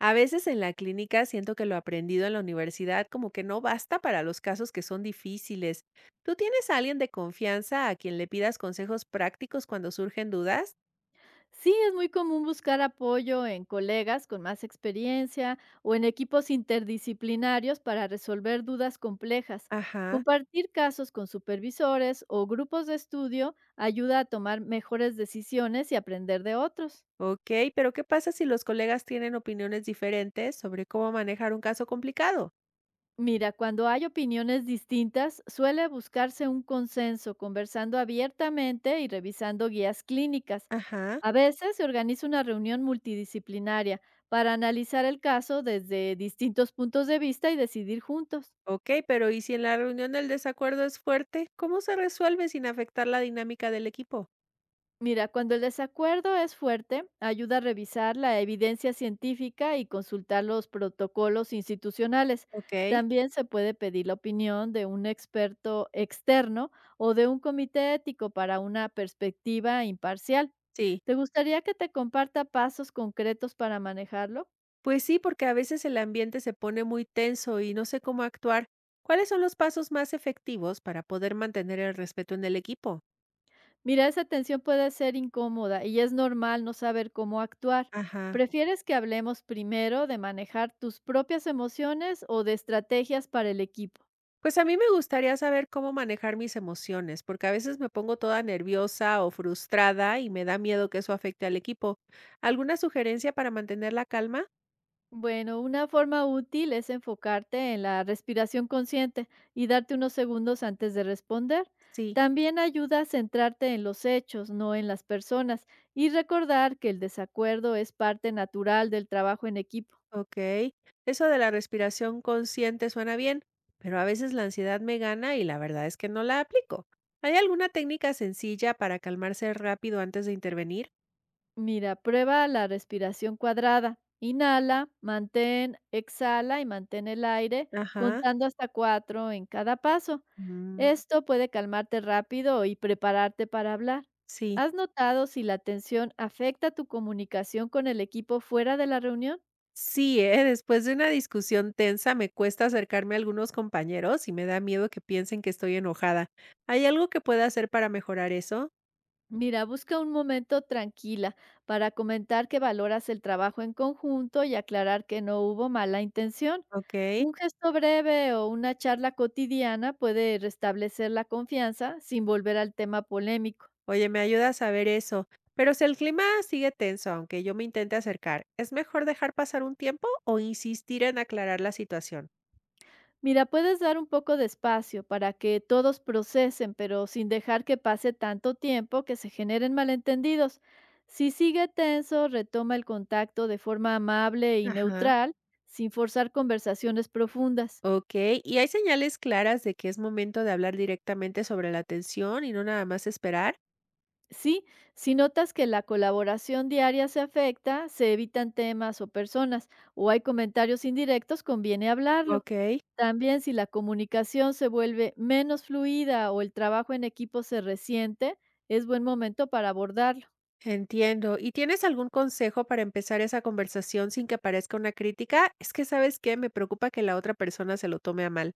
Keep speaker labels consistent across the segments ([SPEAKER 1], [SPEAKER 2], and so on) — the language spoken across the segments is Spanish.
[SPEAKER 1] A veces en la clínica siento que lo aprendido en la universidad como que no basta para los casos que son difíciles. ¿Tú tienes a alguien de confianza a quien le pidas consejos prácticos cuando surgen dudas?
[SPEAKER 2] Sí, es muy común buscar apoyo en colegas con más experiencia o en equipos interdisciplinarios para resolver dudas complejas.
[SPEAKER 1] Ajá,
[SPEAKER 2] Compartir casos con supervisores o grupos de estudio ayuda a tomar mejores decisiones y aprender de otros.
[SPEAKER 1] ok, pero ¿qué pasa si los colegas tienen opiniones diferentes sobre cómo manejar un caso complicado?
[SPEAKER 2] Mira, cuando hay opiniones distintas, suele buscarse un consenso conversando abiertamente y revisando guías clínicas.
[SPEAKER 1] Ajá,
[SPEAKER 2] A veces se organiza una reunión multidisciplinaria para analizar el caso desde distintos puntos de vista y decidir juntos.
[SPEAKER 1] ok, pero ¿y si en la reunión el desacuerdo es fuerte? ¿Cómo se resuelve sin afectar la dinámica del equipo?
[SPEAKER 2] Mira, cuando el desacuerdo es fuerte, ayuda a revisar la evidencia científica y consultar los protocolos institucionales.
[SPEAKER 1] Ok,
[SPEAKER 2] También se puede pedir la opinión de un experto externo o de un comité ético para una perspectiva imparcial.
[SPEAKER 1] sí.
[SPEAKER 2] ¿Te gustaría que te comparta pasos concretos para manejarlo?
[SPEAKER 1] Pues sí, porque a veces el ambiente se pone muy tenso y no sé cómo actuar. ¿Cuáles son los pasos más efectivos para poder mantener el respeto en el equipo?
[SPEAKER 2] Mira, esa tensión puede ser incómoda y es normal no saber cómo actuar.
[SPEAKER 1] Ajá.
[SPEAKER 2] ¿Prefieres que hablemos primero de manejar tus propias emociones o de estrategias para el equipo?
[SPEAKER 1] Pues a mí me gustaría saber cómo manejar mis emociones, porque a veces me pongo toda nerviosa o frustrada y me da miedo que eso afecte al equipo. ¿Alguna sugerencia para mantener la calma?
[SPEAKER 2] Bueno, una forma útil es enfocarte en la respiración consciente y darte unos segundos antes de responder.
[SPEAKER 1] Sí.
[SPEAKER 2] También ayuda a centrarte en los hechos, no en las personas, y recordar que el desacuerdo es parte natural del trabajo en equipo.
[SPEAKER 1] Ok, eso de la respiración consciente suena bien, pero a veces la ansiedad me gana y la verdad es que no la aplico. ¿Hay alguna técnica sencilla para calmarse rápido antes de intervenir?
[SPEAKER 2] Mira, prueba la respiración cuadrada. Inhala, mantén, exhala y mantén el aire
[SPEAKER 1] Ajá.
[SPEAKER 2] contando hasta cuatro en cada paso.
[SPEAKER 1] mm,
[SPEAKER 2] Esto puede calmarte rápido y prepararte para hablar.
[SPEAKER 1] Sí,
[SPEAKER 2] ¿Has notado si la tensión afecta tu comunicación con el equipo fuera de la reunión?
[SPEAKER 1] sí, ¿eh? Después de una discusión tensa me cuesta acercarme a algunos compañeros y me da miedo que piensen que estoy enojada. ¿Hay algo que pueda hacer para mejorar eso?
[SPEAKER 2] Mira, busca un momento tranquila para comentar que valoras el trabajo en conjunto y aclarar que no hubo mala intención.
[SPEAKER 1] Ok.
[SPEAKER 2] Un gesto breve o una charla cotidiana puede restablecer la confianza sin volver al tema polémico.
[SPEAKER 1] Oye, me ayuda a saber eso. Pero si el clima sigue tenso, aunque yo me intente acercar, ¿es mejor dejar pasar un tiempo o insistir en aclarar la situación?
[SPEAKER 2] Mira, puedes dar un poco de espacio para que todos procesen, pero sin dejar que pase tanto tiempo que se generen malentendidos. Si sigue tenso, retoma el contacto de forma amable y
[SPEAKER 1] Ajá.
[SPEAKER 2] neutral, sin forzar conversaciones profundas.
[SPEAKER 1] Ok, ¿y hay señales claras de que es momento de hablar directamente sobre la tensión y no nada más esperar?
[SPEAKER 2] Sí, si notas que la colaboración diaria se afecta, se evitan temas o personas, o hay comentarios indirectos, conviene hablarlo.
[SPEAKER 1] Ok,
[SPEAKER 2] También si la comunicación se vuelve menos fluida o el trabajo en equipo se resiente, es buen momento para abordarlo.
[SPEAKER 1] entiendo. ¿Y tienes algún consejo para empezar esa conversación sin que parezca una crítica? Es que sabes que me preocupa que la otra persona se lo tome a mal.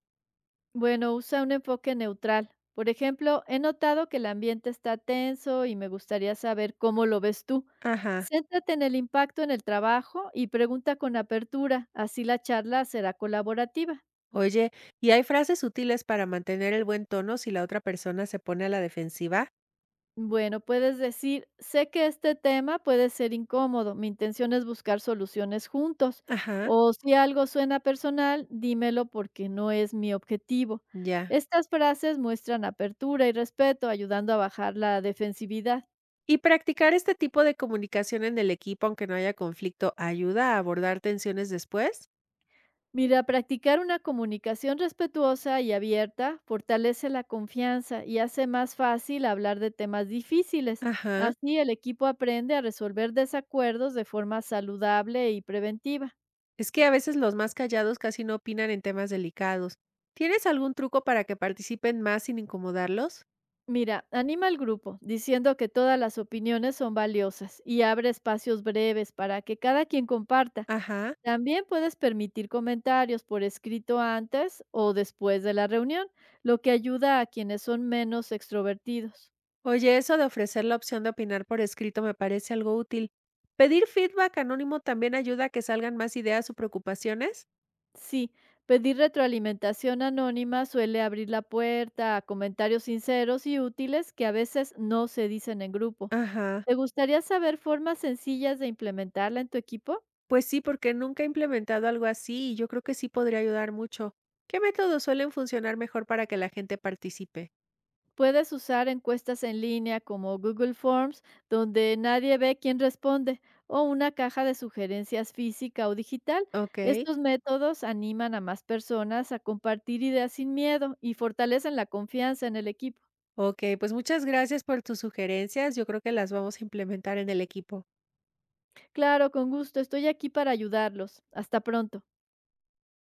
[SPEAKER 2] Bueno, usa un enfoque neutral. Por ejemplo, he notado que el ambiente está tenso y me gustaría saber cómo lo ves tú.
[SPEAKER 1] Ajá.
[SPEAKER 2] Céntrate en el impacto en el trabajo y pregunta con apertura, así la charla será colaborativa.
[SPEAKER 1] Oye, ¿y hay frases útiles para mantener el buen tono si la otra persona se pone a la defensiva?
[SPEAKER 2] Bueno, puedes decir, sé que este tema puede ser incómodo, mi intención es buscar soluciones juntos,
[SPEAKER 1] Ajá.
[SPEAKER 2] o si algo suena personal, dímelo porque no es mi objetivo.
[SPEAKER 1] Ya.
[SPEAKER 2] Estas frases muestran apertura y respeto, ayudando a bajar la defensividad.
[SPEAKER 1] Y practicar este tipo de comunicación en el equipo, aunque no haya conflicto, ayuda a abordar tensiones después.
[SPEAKER 2] Mira, practicar una comunicación respetuosa y abierta fortalece la confianza y hace más fácil hablar de temas difíciles.
[SPEAKER 1] Ajá.
[SPEAKER 2] Así el equipo aprende a resolver desacuerdos de forma saludable y preventiva.
[SPEAKER 1] Es que a veces los más callados casi no opinan en temas delicados. ¿Tienes algún truco para que participen más sin incomodarlos?
[SPEAKER 2] Mira, anima al grupo diciendo que todas las opiniones son valiosas y abre espacios breves para que cada quien comparta.
[SPEAKER 1] Ajá.
[SPEAKER 2] También puedes permitir comentarios por escrito antes o después de la reunión, lo que ayuda a quienes son menos extrovertidos.
[SPEAKER 1] Oye, eso de ofrecer la opción de opinar por escrito me parece algo útil. ¿Pedir feedback anónimo también ayuda a que salgan más ideas o preocupaciones?
[SPEAKER 2] Sí, pedir retroalimentación anónima suele abrir la puerta a comentarios sinceros y útiles que a veces no se dicen en grupo.
[SPEAKER 1] Ajá.
[SPEAKER 2] ¿Te gustaría saber formas sencillas de implementarla en tu equipo?
[SPEAKER 1] Pues sí, porque nunca he implementado algo así y yo creo que sí podría ayudar mucho. ¿Qué métodos suelen funcionar mejor para que la gente participe?
[SPEAKER 2] Puedes usar encuestas en línea como Google Forms, donde nadie ve quién responde, o una caja de sugerencias física o digital.
[SPEAKER 1] Ok,
[SPEAKER 2] Estos métodos animan a más personas a compartir ideas sin miedo y fortalecen la confianza en el equipo.
[SPEAKER 1] ok, pues muchas gracias por tus sugerencias. Yo creo que las vamos a implementar en el equipo.
[SPEAKER 2] Claro, con gusto, estoy aquí para ayudarlos. Hasta pronto.